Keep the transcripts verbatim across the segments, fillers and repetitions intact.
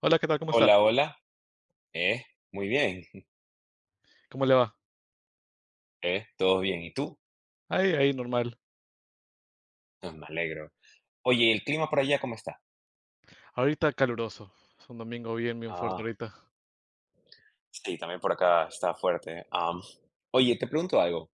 Hola, ¿qué tal? ¿Cómo está? Hola, hola. Eh, Muy bien. ¿Cómo le va? Eh, todo bien. ¿Y tú? Ahí, ahí, normal. Ah, me alegro. Oye, ¿y el clima por allá cómo está? Ahorita caluroso. Es un domingo bien, bien fuerte Ah, ahorita. sí, también por acá está fuerte. Am, oye, te pregunto algo.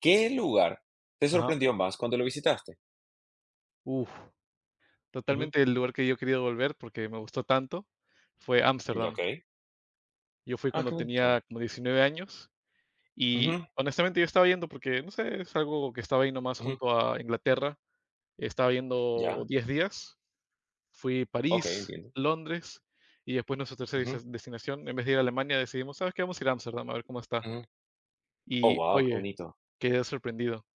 ¿Qué lugar te Ajá. sorprendió más cuando lo visitaste? Uf, Ujú. totalmente el lugar que yo he querido volver porque me gustó tanto fue Ya, Ámsterdam. ok. Yo fui Ah, cuando qué tenía bonito. como diecinueve años y Ujú, honestamente yo estaba yendo porque, no sé, es algo que estaba ahí nomás ujú. junto a Inglaterra. Estaba yendo Ya, diez días. Fui a ok, París, entiendo. Londres y después nuestra tercera Ujú, des- destinación, en vez de ir a Alemania, decidimos, ¿sabes qué? Vamos a ir a Ámsterdam a ver cómo está. ujú. Oh, Y wow, qué oye, bonito. quedé sorprendido.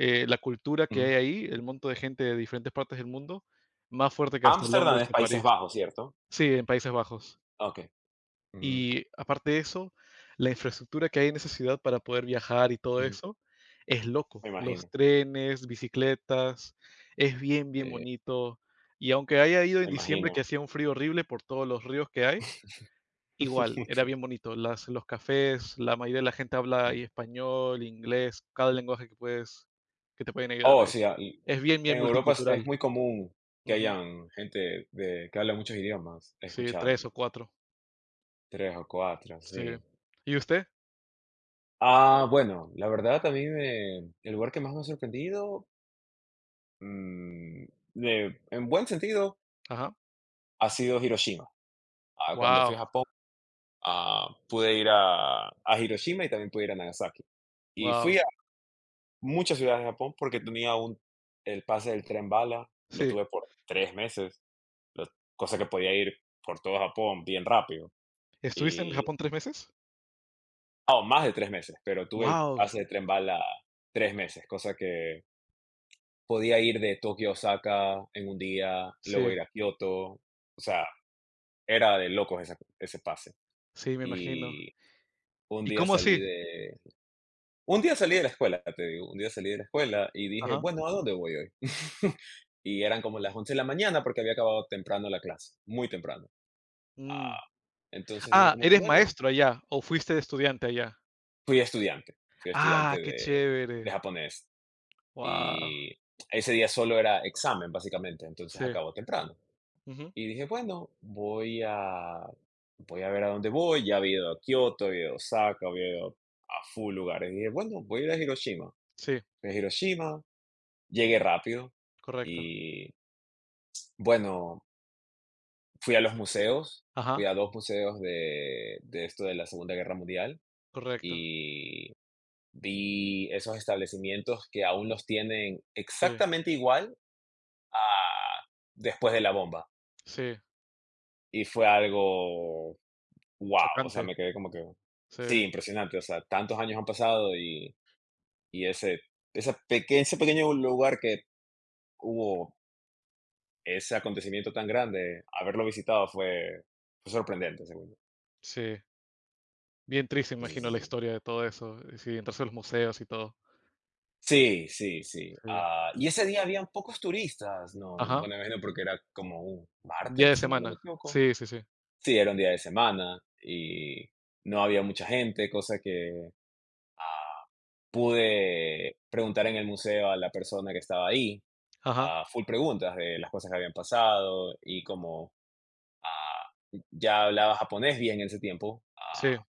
eh, La cultura que hay Ujú. ahí, el monto de gente de diferentes partes del mundo, más fuerte que hasta Ámsterdam Londres es o Países París. Bajos, ¿cierto? Sí, en Países Bajos. Ah, ok. Ujú, Y aparte de eso, la infraestructura que hay en esa ciudad para poder viajar y todo ujú. eso es loco. Me Los imagino. trenes, bicicletas, es bien, bien eh, bonito. Y aunque haya ido en Me diciembre que imagino. hacía un frío horrible por todos los ríos que hay, igual, era bien bonito. Las, los cafés, la mayoría de la gente habla Ujú. ahí español, inglés, cada lenguaje que puedes, que te pueden ayudar. Oh, Es, sí, ah, es bien, en bien Europa es es multicultural. muy común que Ujú. hayan gente de que habla muchos idiomas, he Sí, escuchado, tres o cuatro. tres o cuatro Sí. sí. ¿Y usted? Ah, bueno, la verdad a mí me el lugar que más me ha sorprendido, mm, de en buen sentido, Ajá. ha sido Hiroshima. Ah, cuando fui a Wow. Japón, ah, pude ir a a Hiroshima y también pude ir a Nagasaki. Y fui Wow. a muchas ciudades de Japón porque tenía un el pase del tren bala, lo Sí. tuve por tres meses, lo- cosa que podía ir por todo Japón bien rápido. ¿Estuviste en Y, Japón tres meses? ah, o más de tres meses, pero tuve el Wow. pase de tren bala tres meses, cosa que podía ir de Tokio a Osaka en un día, y luego Sí, ir a Kioto. O sea, era de locos esa- ese pase. sí, me imagino. Y un ¿Y día cómo salí así? de... Un día salí de la escuela, te digo, un día salí de la escuela y dije, Ajá. bueno, ¿a dónde voy hoy? Y eran como las once de la mañana porque había acabado temprano la clase, muy temprano. Mm. Ah, entonces dije Ah, como que, ¿eres bueno, maestro allá o fuiste de estudiante allá? Fui estudiante, Fui Ah, estudiante qué de, de chévere. japonés Wow. y ese día solo era examen, básicamente, entonces Sí. acabó temprano. Ujú. Y dije, bueno, voy a, voy a ver a dónde voy, ya había ido a Kioto, había ido a Osaka, había ido a full lugares. Y dije, bueno, voy a ir a Hiroshima. Sí, Fui a Hiroshima, llegué rápido correcto. y bueno, fui a los museos, fui Ajá. a dos museos de, de esto de la Segunda Guerra Mundial Correcto. y vi esos establecimientos que aún los tienen Sí, exactamente igual a después de la bomba. sí, Y fue algo, wow, o sea, chocante. me quedé como que, Sí, sí, impresionante, o sea, tantos años han pasado y, y ese, esa peque- ese pequeño lugar que hubo ese acontecimiento tan grande, haberlo visitado fue, fue sorprendente, según. sí. Bien triste, Sí, imagino, sí, la sí. historia de todo eso. Y sí, entrarse a los museos y todo. Sí, sí, sí. Sí. Ah, y ese día habían pocos turistas, no, Ajá. bueno, me imagino porque era como un Día de martes, si mal no me semana. equivoco. Sí, sí, sí. Sí, era un día de semana y no había mucha gente, cosa que ah, pude preguntar en el museo a la persona que estaba ahí, Ajá. ah, full preguntas de las cosas que habían pasado y como ah, ya hablaba japonés bien en ese tiempo, Sí, ah,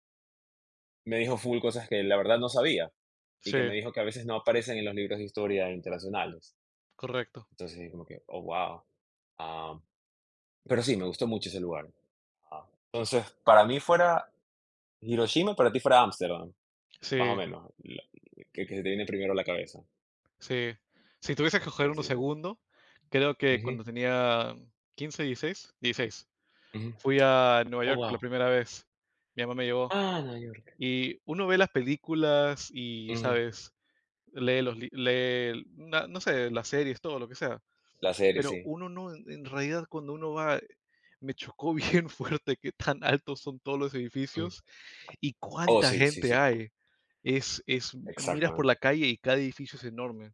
me dijo full cosas que la verdad no sabía y que sí, me dijo que a veces no aparecen en los libros de historia internacionales. correcto. Entonces, como que, oh, wow. Ah, pero sí, me gustó mucho ese lugar. Ah, entonces, para mí fuera Hiroshima, para ti fuera Ámsterdam. Más o Sí, menos, la que que se te viene primero a la cabeza. sí. Si tuviese que coger Sí, uno sí, sí. segundo, creo que Ujú, cuando tenía quince, dieciséis, dieciséis, ujú. fui a Nueva Oh, York por la wow. primera vez. Mi mamá me llevó. Ah, Nueva York. Y uno ve las películas y, Ujú. ¿sabes? Lee los li- lee, na- No sé, las series, todo lo que sea. La serie, Pero sí. uno no, en en realidad cuando uno va me chocó bien fuerte que tan altos son todos los Ujú. edificios y Oh, cuánta sí, sí, gente sí, hay. Es es Miras por exactamente. la calle y cada edificio es enorme.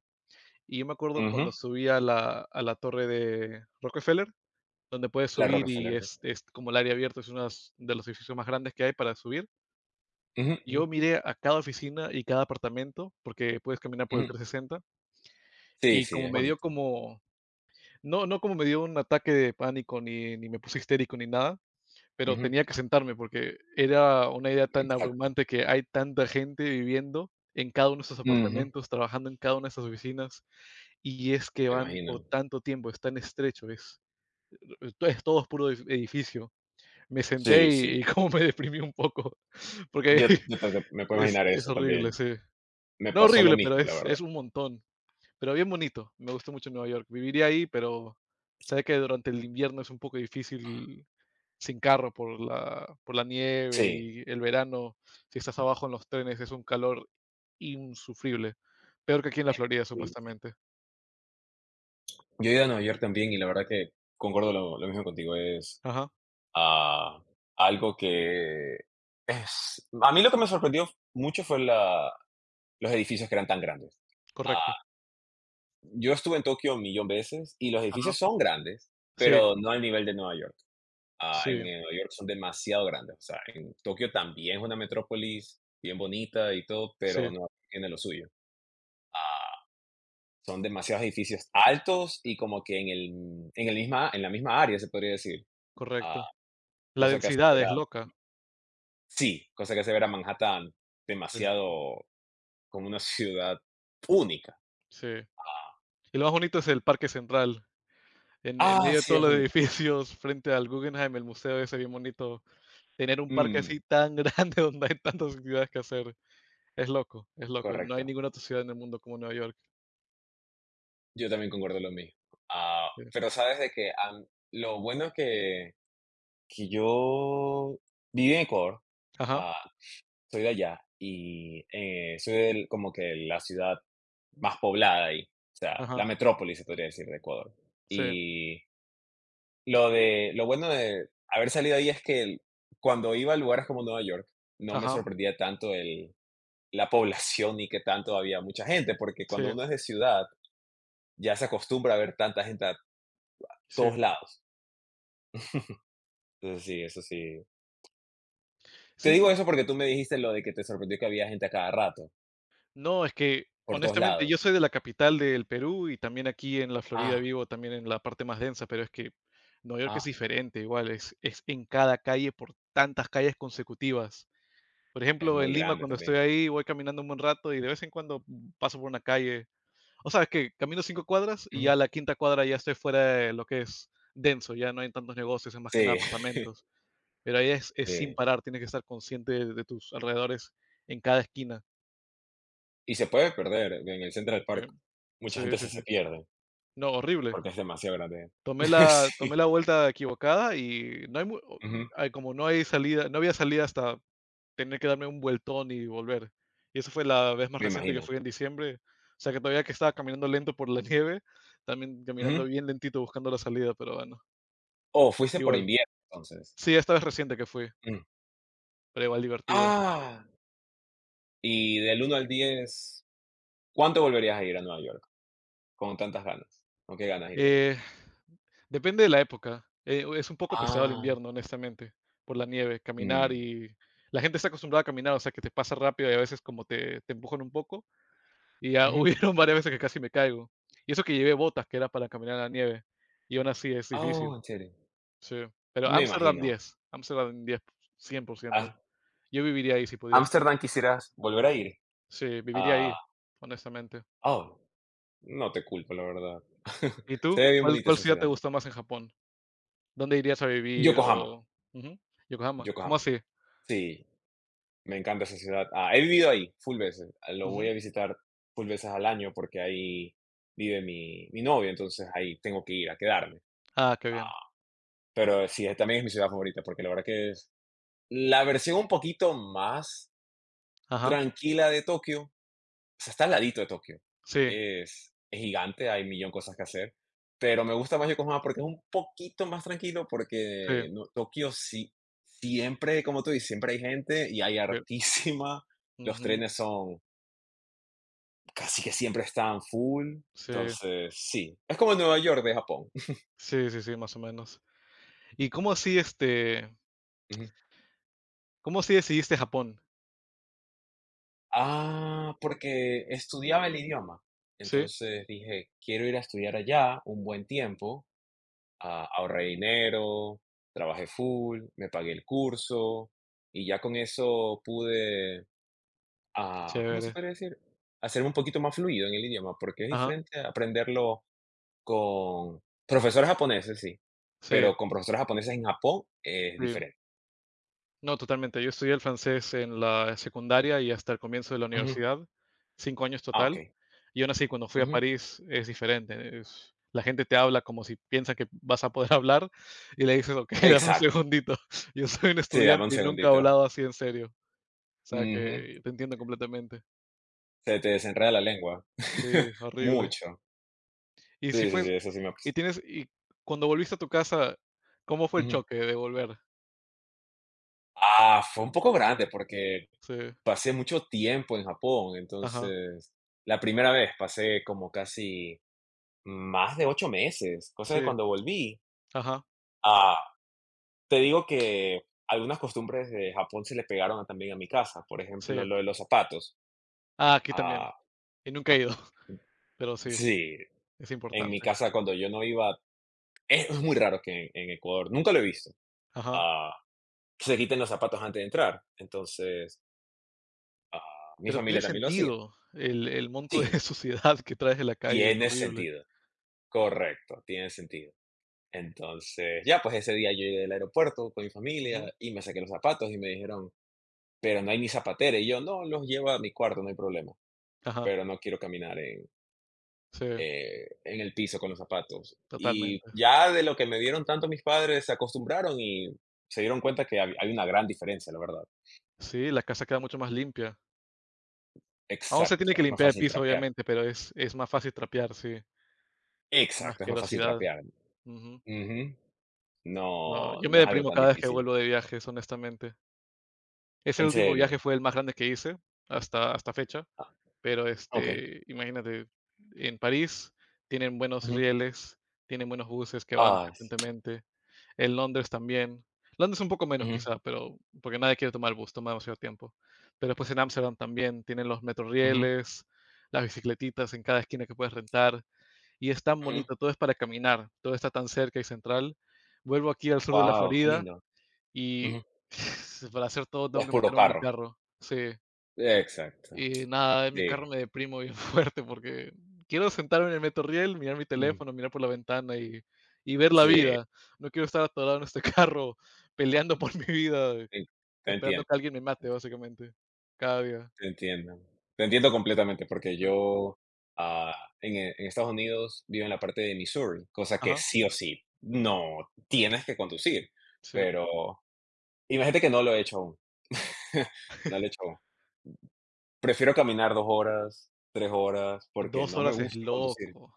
Y yo me acuerdo cuando Ujú. subí a la a la torre de Rockefeller, donde puedes La subir y Rockefeller, ¿qué? es es como el área abierta, es unas de los edificios más grandes que hay para subir. Ujú, Yo ujú, miré a cada oficina y cada apartamento, porque puedes caminar por el ujú. trescientos sesenta, Sí, y sí, como es me dio bonito. como no, no, como me dio un ataque de pánico, ni, ni me puse histérico, ni nada, pero Ujú, tenía que sentarme porque era una idea tan exacto. abrumante que hay tanta gente viviendo en cada uno de sus Ujú, apartamentos, trabajando en cada una de sus oficinas, y es que me van por imagino. tanto tiempo, es tan estrecho, es, es todo, es puro edif- edificio. Me senté Sí, y, sí. y como me deprimí un poco, porque Yo yo también me puedo es, imaginar es eso horrible, también. sí. Me No pasó lo horrible, pero mismo, la es, verdad. es un montón. Pero bien bonito, me gustó mucho Nueva York. Viviría ahí, pero sabes que durante el invierno es un poco difícil sin carro por la, por la nieve Sí, y el verano, si estás abajo en los trenes, es un calor insufrible. Peor que aquí en la Florida, sí, sí. supuestamente. Yo he ido a Nueva York también y la verdad que concuerdo lo lo mismo contigo, es Ajá, a algo que es a mí lo que me sorprendió mucho fue la los edificios que eran tan grandes. Ah, correcto. yo estuve en Tokio un millón de veces y los Ajá. edificios son grandes, Sí, pero no al nivel de Nueva York. Ah, en sí, Nueva York son demasiado grandes. O sea, en Tokio también es una metrópolis bien bonita y todo, pero sí, no tiene lo suyo. Ah, son demasiados edificios altos y como que en el en el misma en la misma área se podría decir. Ah, correcto. La cosa que hace densidad ver es a loca. sí, cosa que hace ver a Manhattan Sí, demasiado como una ciudad única. sí. Y lo más bonito es el Parque Central. En, en Ah, medio de sí, todos es los bonita. edificios, frente al Guggenheim, el museo ese bien bonito. Tener un parque Mm, así tan grande donde hay tantas actividades que hacer. Es loco, es loco. No hay correcto. ninguna otra ciudad en el mundo como Nueva York. Yo también concuerdo lo mismo. Ah, Sí. pero sabes de que am, lo bueno que, que yo viví en Ecuador, Ajá, ah, soy de allá y eh, soy del- como que la ciudad más poblada ahí, o sea, la ajá, metrópoli se podría decir de Ecuador. sí, Y lo de lo bueno de haber salido ahí es que el- cuando iba a lugares como Nueva York, no me ajá, sorprendía tanto el la población y que tanto había mucha gente, porque cuando sí, uno es de ciudad, ya se acostumbra a ver tanta gente a sí. todos lados. Entonces sí, eso sí. Te digo Sí, eso porque tú me dijiste lo de que te sorprendió que había gente a cada rato, no, es que por todos honestamente yo lados. soy de la capital del Perú y también aquí en la Florida Ah, vivo también en la parte más densa, pero es que Nueva York es ah, diferente, igual es, es en cada calle por tantas calles consecutivas. Por es ejemplo, en muy Lima grande cuando estoy también. ahí voy caminando un buen rato y de vez en cuando paso por una calle. O sea, es que camino cinco cuadras y Ujú. ya a la quinta cuadra ya estoy fuera de lo que es denso, ya no hay tantos negocios, es más que nada Sí, apartamentos. Pero ahí es, es sin sí. parar, tienes que estar consciente de, de tus alrededores en cada esquina. Y se puede perder en el Central Sí. Park. Mucha Sí, gente se sí, sí. se pierde No, horrible. porque es demasiado grande. Tomé la, tomé Sí. la vuelta equivocada y no hay, mu- o- Ujú. ay, como no hay salida, no había salida hasta tener que darme un vueltón y volver. Y eso fue la vez más Me reciente que imagino. fui en diciembre. O sea que todavía que estaba caminando lento por la nieve, también caminando Ujú. bien lentito buscando la salida, pero bueno. Oh, fuiste por Igual. invierno, entonces. Sí, esta vez reciente que fui, Mm. pero igual divertido. Ah, y del uno al diez, ¿cuánto volverías a ir a Nueva York con tantas ganas? ¿Con qué ganas irías? Eh, Depende de la época. Eh, es un poco pesado el Ah, invierno, honestamente, por la nieve, caminar mm, y la gente está acostumbrada a caminar, o sea, que te pasa rápido y a veces como te, te empujan un poco. Y ya ujú. hubieron varias veces que casi me caigo. Y eso que llevé botas, que era para caminar en la nieve. Y aún así es Oh, difícil. en serio. Sí. Pero Me Amsterdam imagino. diez, Ámsterdam diez, ¿A cien por ciento. Yo viviría ahí si pudiese. Ámsterdam quisieras volver a ir? Sí, viviría ahí, Ah, honestamente. oh, no te culpo, la verdad. ¿Y Se tú? ve bien ¿Cuál, bonita cuál esa ciudad te ciudad. gustó más en Japón? ¿Dónde irías a vivir? Yokohama, O ujú, Yokohama. ¿Cómo Yokohama. así? Sí. Me encanta esa ciudad. Ah, he vivido ahí full veces. Lo voy Ujú. a visitar full veces al año porque ahí vive mi, mi novia, entonces ahí tengo que ir a quedarme. Ah, qué bien. Ah, pero sí, eh, también es mi ciudad favorita porque la verdad que es la versión un poquito más Ajá. tranquila de Tokio. O sea, está al ladito de Tokio. Sí, Es, es gigante, hay millón cosas que hacer. Pero me gusta más Yokohama porque es un poquito más tranquilo sí, porque no- Tokio sí, siempre, como tú dices, siempre hay gente y hay sí. hartísima. Los Ujú. trenes son casi que siempre estaban full. Sí. Entonces, sí, es como Nueva York de Japón. Sí, sí, sí, más o menos. ¿Y cómo así, este, Ujú. cómo así decidiste Japón? Ah, porque estudiaba el idioma. Sí, Entonces dije, quiero ir a estudiar allá un buen tiempo. Ah, ahorré dinero, trabajé full, me pagué el curso y ya con eso pude, qué ah, ¿cómo se chévere. puede decir? Hacerme un poquito más fluido en el idioma, porque es Ajá. diferente aprenderlo con profesores japoneses, sí, Sí, pero con profesores japoneses en Japón es sí. diferente. No, totalmente. Yo estudié el francés en la secundaria y hasta el comienzo de la universidad, cinco años Ah, total. okey. Y aún así, cuando fui a Ujú. París es diferente. Es- la gente te habla como si piensa que vas a poder hablar y le dices, ok, dame un Exacto. segundito. Yo soy un Sí, dame un estudiante y nunca he segundito. hablado así en serio. O sea Ujú. que te entiendo completamente. Se te desenreda la lengua. Sí, horrible. Mucho. Y si Sí, sí, fue, sí, eso sí me ha y pasado. tienes, Y cuando volviste a tu casa, ¿cómo fue el Ujú. choque de volver? Ah, fue un poco grande, porque Sí, pasé mucho tiempo en Japón, ajá, entonces, la primera vez pasé como casi más de ocho meses, cosa que sí, cuando volví ajá, ah, te digo que algunas costumbres de Japón se le pegaron a- también a mi casa, por ejemplo, sí. lo de los zapatos. Ah, aquí también. Ah, Y nunca he ido, pero sí, sí, es en mi importante. casa cuando yo no iba. Es, es muy raro que en, en Ecuador, nunca lo he visto, Ajá. ah, que se quiten los zapatos antes de entrar. Entonces, ah, mi Pero tiene familia también lo hacía. sentido el, el monto de Sí, suciedad que traes de la calle, es tiene horrible. sentido. Correcto, tiene sentido. Entonces, ya, pues ese día yo llegué del aeropuerto con mi familia Ujú. y me saqué los zapatos y me dijeron, pero no hay ni zapatera. Y yo, no, los llevo a mi cuarto, no hay problema. Ajá, Pero no quiero caminar en, sí, eh, en el piso con los zapatos. Y totalmente. ya de lo que me dieron tanto mis padres, se acostumbraron y se dieron cuenta que hab- hay una gran diferencia, la verdad. Sí, la casa queda mucho más limpia. Aún se tiene Exacto, que es más limpiar el fácil piso, trapear. obviamente, pero es, es más fácil trapear, sí. Una Exacto, es más fácil asquerosidad. trapear. Ujú. Ujú. No, No, yo me no es algo deprimo tan cada vez que difícil. vuelvo de viajes, honestamente. Ese En último viaje serio. fue el más grande que hice hasta, hasta fecha, Ah, pero okey. este, imagínate, en París tienen buenos Ujú. rieles, tienen buenos buses que van Ah, s frecuentemente. En Londres también. Londres un poco menos ujú, quizá, pero porque nadie quiere tomar el bus, toma demasiado tiempo. Pero después en Ámsterdam también tienen los ujú, metrorrieles, las bicicletitas en cada esquina que puedes rentar. Y es tan ujú. bonito, todo es para caminar, todo está tan cerca y central. Vuelvo aquí al sur de la Guau, qué Florida lindo. y Ujú. para hacer todo tengo Es que puro meterme en mi carro. carro. Sí. Exacto. Y nada, en mi Sí. carro me deprimo bien fuerte porque quiero sentarme en el Metrorail, mirar mi Mm, teléfono, mirar por la ventana y, y ver la sí, vida. No quiero estar atorado en este carro peleando por mi vida, eh, en te esperando entiendo, que alguien me mate, básicamente, cada día. te entiendo. Te entiendo completamente porque Sí. yo, ah, en e en Estados Unidos vivo en la parte de Missouri, cosa que Ajá, sí o sí no tienes que conducir, sí. pero imagínate que no lo he hecho aún, no lo he hecho aún. Prefiero caminar dos horas, tres horas, porque Dos no me horas es gusta conducir. loco.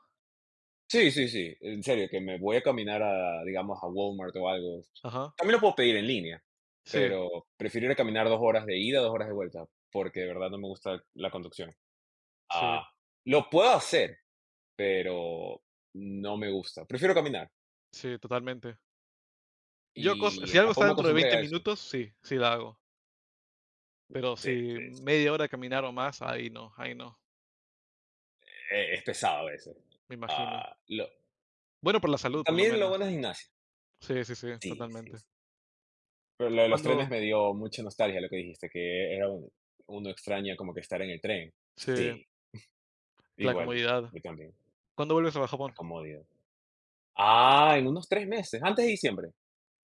Sí, sí, sí, en serio, que me voy a caminar a, digamos, a Walmart o algo. Ajá. También lo puedo pedir en línea, Sí, pero prefiero ir a caminar dos horas de ida, dos horas de vuelta, porque de verdad no me gusta la conducción. sí, Ah, lo puedo hacer, pero no me gusta. Prefiero caminar. sí, totalmente. Yo cos Y si en algo está Japón me dentro de acostumbré veinte a eso. minutos, sí, sí la hago. Pero Sí, si sí, sí. media hora de caminar o más, ahí no, ahí no, E es pesado a veces. me imagino. Ah, lo Bueno, por la salud, por lo también lo menos. bueno es gimnasia. Sí, sí, sí, Sí, sí, totalmente. sí. Pero lo de los Cuando trenes me dio mucha nostalgia lo que dijiste, que era un uno extraña como que estar en el tren. Sí, Sí, la igualito, comodidad. yo también, ¿Cuándo vuelves a la Japón? comodidad. Ah, en unos tres meses, antes de diciembre,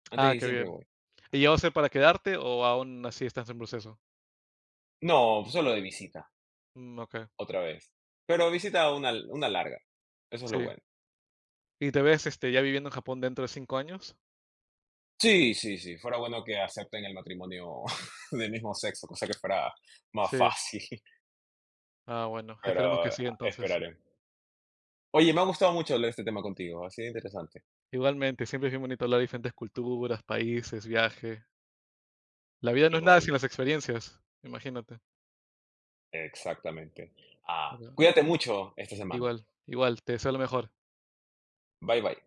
antes de Ah, qué diciembre bien. voy. ¿Y ya va a ser para quedarte o aún así estás en proceso? No, solo de visita, Mm, okey, otra vez, pero visita una una larga, eso es lo sí. bueno. ¿Y te ves, este, ya viviendo en Japón dentro de cinco años? Sí, sí, sí, fuera bueno que acepten el matrimonio del mismo sexo, cosa que fuera más Sí. fácil, Ah, bueno, esperemos que pero sí, entonces. esperaré. Oye, me ha gustado mucho hablar de este tema contigo, ha sido interesante. Igualmente, siempre es bien bonito hablar de diferentes culturas, países, viaje. La vida no es nada sin las Igualmente. experiencias, imagínate. Exactamente. Pero Ah, bueno, cuídate mucho esta semana. igual, igual, te deseo lo mejor. Bye bye.